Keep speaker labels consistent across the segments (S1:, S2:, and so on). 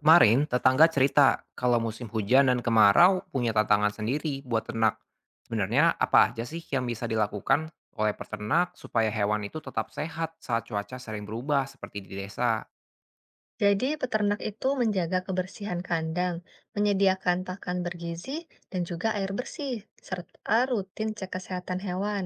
S1: Kemarin, tetangga cerita kalau musim hujan dan kemarau punya tantangan sendiri buat ternak. Sebenarnya apa aja sih yang bisa dilakukan oleh peternak supaya hewan itu tetap sehat saat cuaca sering berubah seperti di desa?
S2: Jadi, peternak itu menjaga kebersihan kandang, menyediakan pakan bergizi, dan juga air bersih, serta rutin cek kesehatan hewan.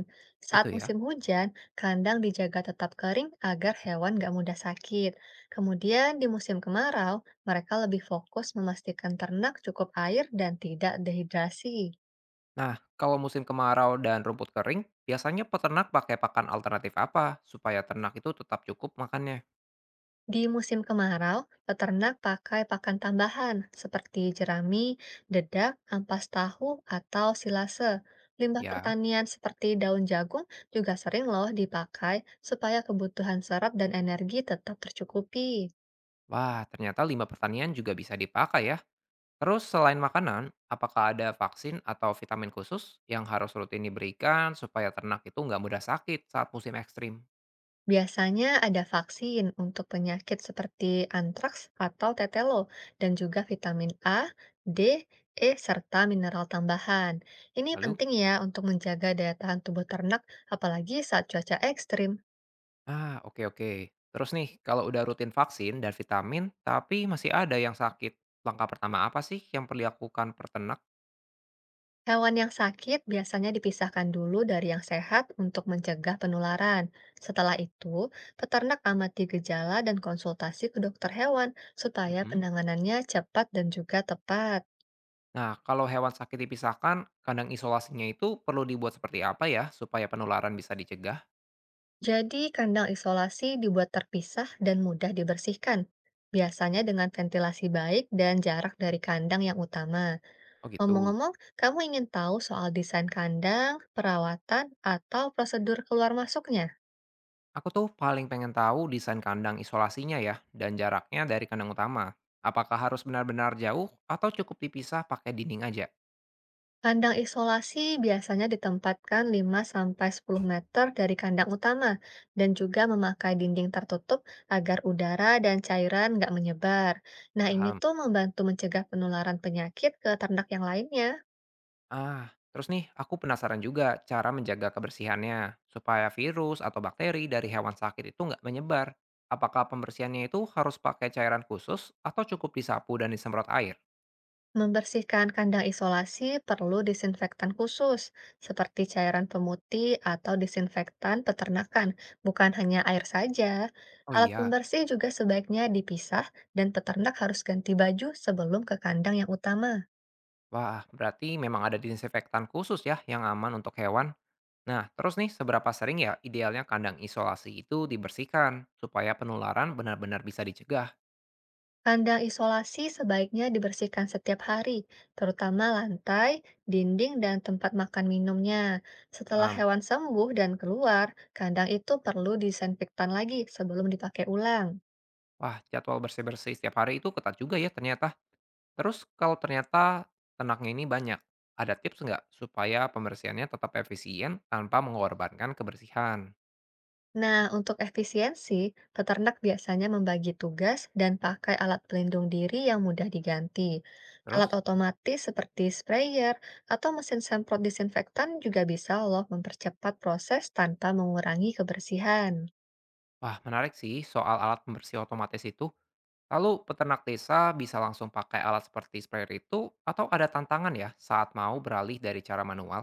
S2: Saat
S1: Gitu ya.
S2: musim hujan, kandang dijaga tetap kering agar hewan nggak mudah sakit. Kemudian, di musim kemarau, mereka lebih fokus memastikan ternak cukup air dan tidak dehidrasi.
S1: Nah, kalau musim kemarau dan rumput kering, biasanya peternak pakai pakan alternatif apa supaya ternak itu tetap cukup makannya?
S2: Di musim kemarau, peternak pakai pakan tambahan seperti jerami, dedak, ampas tahu, atau silase. Limbah
S1: Ya,
S2: pertanian seperti daun jagung juga sering loh dipakai supaya kebutuhan serat dan energi tetap tercukupi.
S1: wah ternyata limbah pertanian juga bisa dipakai ya. Terus selain makanan, apakah ada vaksin atau vitamin khusus yang harus rutin diberikan supaya ternak itu nggak mudah sakit saat musim ekstrim?
S2: Biasanya ada vaksin untuk penyakit seperti antraks atau tetelo, dan juga vitamin A, D, E, serta mineral tambahan. Ini
S1: Lalu?
S2: penting ya untuk menjaga daya tahan tubuh ternak, apalagi saat cuaca ekstrim.
S1: Oke oke. Terus nih, kalau udah rutin vaksin dan vitamin, tapi masih ada yang sakit, langkah pertama apa sih yang perlu dilakukan peternak?
S2: Hewan yang sakit biasanya dipisahkan dulu dari yang sehat untuk mencegah penularan. Setelah itu, peternak amati gejala dan konsultasi ke dokter hewan supaya
S1: Mm-mm.
S2: penanganannya cepat dan juga tepat.
S1: Nah, kalau hewan sakit dipisahkan, kandang isolasinya itu perlu dibuat seperti apa ya supaya penularan bisa dicegah?
S2: Jadi, kandang isolasi dibuat terpisah dan mudah dibersihkan, biasanya dengan ventilasi baik dan jarak dari kandang yang utama.
S1: Oh gitu.
S2: Ngomong-ngomong, kamu ingin tahu soal desain kandang, perawatan, atau prosedur keluar masuknya?
S1: Aku tuh paling pengen tahu desain kandang isolasinya ya, dan jaraknya dari kandang utama. Apakah harus benar-benar jauh atau cukup dipisah pakai dinding aja?
S2: Kandang isolasi biasanya ditempatkan 5 sampai 10 meter dari kandang utama dan juga memakai dinding tertutup agar udara dan cairan nggak menyebar. Nah, ini
S1: Paham.
S2: tuh membantu mencegah penularan penyakit ke ternak yang lainnya.
S1: Terus nih aku penasaran juga cara menjaga kebersihannya, supaya virus atau bakteri dari hewan sakit itu nggak menyebar. Apakah pembersihannya itu harus pakai cairan khusus atau cukup disapu dan disemprot air?
S2: Membersihkan kandang isolasi perlu disinfektan khusus, seperti cairan pemutih atau disinfektan peternakan, bukan hanya air saja.
S1: Oh
S2: Alat
S1: iya,
S2: pembersih juga sebaiknya dipisah dan peternak harus ganti baju sebelum ke kandang yang utama.
S1: wah berarti memang ada disinfektan khusus ya yang aman untuk hewan. Nah, terus nih seberapa sering ya idealnya kandang isolasi itu dibersihkan supaya penularan benar-benar bisa dicegah?
S2: Kandang isolasi sebaiknya dibersihkan setiap hari, terutama lantai, dinding, dan tempat makan minumnya. Setelah
S1: Paham.
S2: hewan sembuh dan keluar, kandang itu perlu disinfektan lagi sebelum dipakai ulang.
S1: Wah, jadwal bersih-bersih setiap hari itu ketat juga ya ternyata. Terus kalau ternyata ternaknya ini banyak, ada tips nggak supaya pembersihannya tetap efisien tanpa mengorbankan kebersihan?
S2: Nah, untuk efisiensi, peternak biasanya membagi tugas dan pakai alat pelindung diri yang mudah diganti. Alat
S1: Terus,
S2: otomatis seperti sprayer atau mesin semprot disinfektan juga bisa loh mempercepat proses tanpa mengurangi kebersihan.
S1: wah menarik sih soal alat pembersih otomatis itu. Lalu peternak desa bisa langsung pakai alat seperti sprayer itu atau ada tantangan ya saat mau beralih dari cara manual?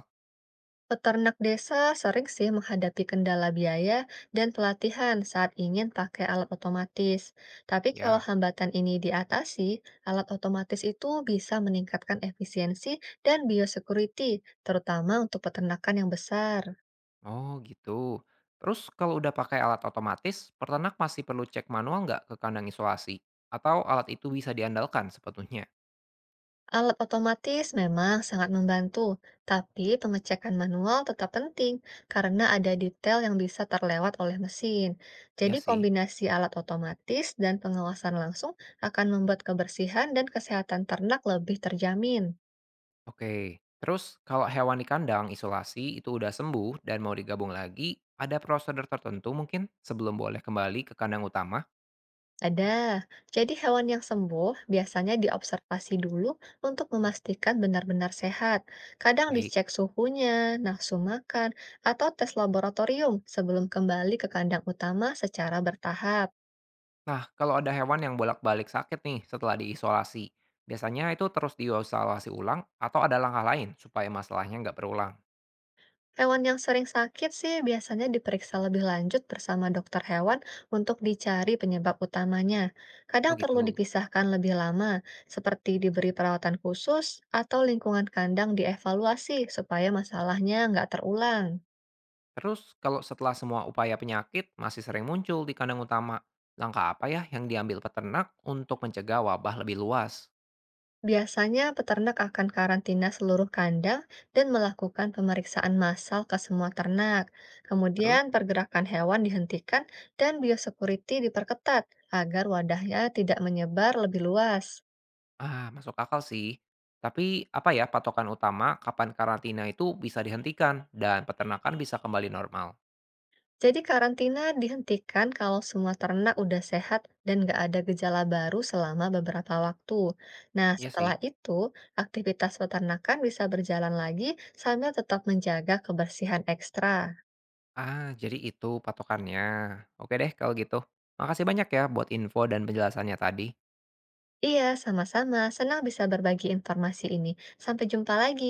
S2: Peternak desa sering sih menghadapi kendala biaya dan pelatihan saat ingin pakai alat otomatis. Tapi kalau
S1: Ya.
S2: hambatan ini diatasi, alat otomatis itu bisa meningkatkan efisiensi dan biosecurity, terutama untuk peternakan yang besar.
S1: Oh gitu. Terus kalau udah pakai alat otomatis, peternak masih perlu cek manual nggak ke kandang isolasi? Atau alat itu bisa diandalkan sebetulnya?
S2: Alat otomatis memang sangat membantu, tapi pengecekan manual tetap penting karena ada detail yang bisa terlewat oleh mesin.
S1: Ya
S2: Jadi,
S1: sih.
S2: kombinasi alat otomatis dan pengawasan langsung akan membuat kebersihan dan kesehatan ternak lebih terjamin.
S1: Oke. Terus kalau hewan di kandang isolasi itu udah sembuh dan mau digabung lagi, ada prosedur tertentu mungkin sebelum boleh kembali ke kandang utama?
S2: Ada, jadi hewan yang sembuh biasanya diobservasi dulu untuk memastikan benar-benar sehat. Kadang
S1: Baik.
S2: dicek suhunya, nafsu makan, atau tes laboratorium sebelum kembali ke kandang utama secara bertahap.
S1: Nah, kalau ada hewan yang bolak-balik sakit nih setelah diisolasi, biasanya itu terus diisolasi ulang atau ada langkah lain supaya masalahnya nggak berulang?
S2: Hewan yang sering sakit sih biasanya diperiksa lebih lanjut bersama dokter hewan untuk dicari penyebab utamanya. Kadang
S1: Oh
S2: perlu
S1: gitu.
S2: dipisahkan lebih lama, seperti diberi perawatan khusus atau lingkungan kandang dievaluasi supaya masalahnya nggak terulang.
S1: Terus kalau setelah semua upaya penyakit masih sering muncul di kandang utama, langkah apa ya yang diambil peternak untuk mencegah wabah lebih luas?
S2: Biasanya peternak akan karantina seluruh kandang dan melakukan pemeriksaan massal ke semua ternak.
S1: Terus,
S2: Kemudian pergerakan hewan dihentikan dan biosecurity diperketat agar wadahnya tidak menyebar lebih luas.
S1: masuk akal sih. Tapi apa ya patokan utama kapan karantina itu bisa dihentikan dan peternakan bisa kembali normal?
S2: Jadi karantina dihentikan kalau semua ternak udah sehat dan nggak ada gejala baru selama beberapa waktu. Nah,
S1: Iya sih.
S2: setelah itu, aktivitas peternakan bisa berjalan lagi sambil tetap menjaga kebersihan ekstra.
S1: Jadi itu patokannya. Oke deh kalau gitu. Makasih banyak ya buat info dan penjelasannya tadi.
S2: Iya, sama-sama. Senang bisa berbagi informasi ini. Sampai jumpa lagi.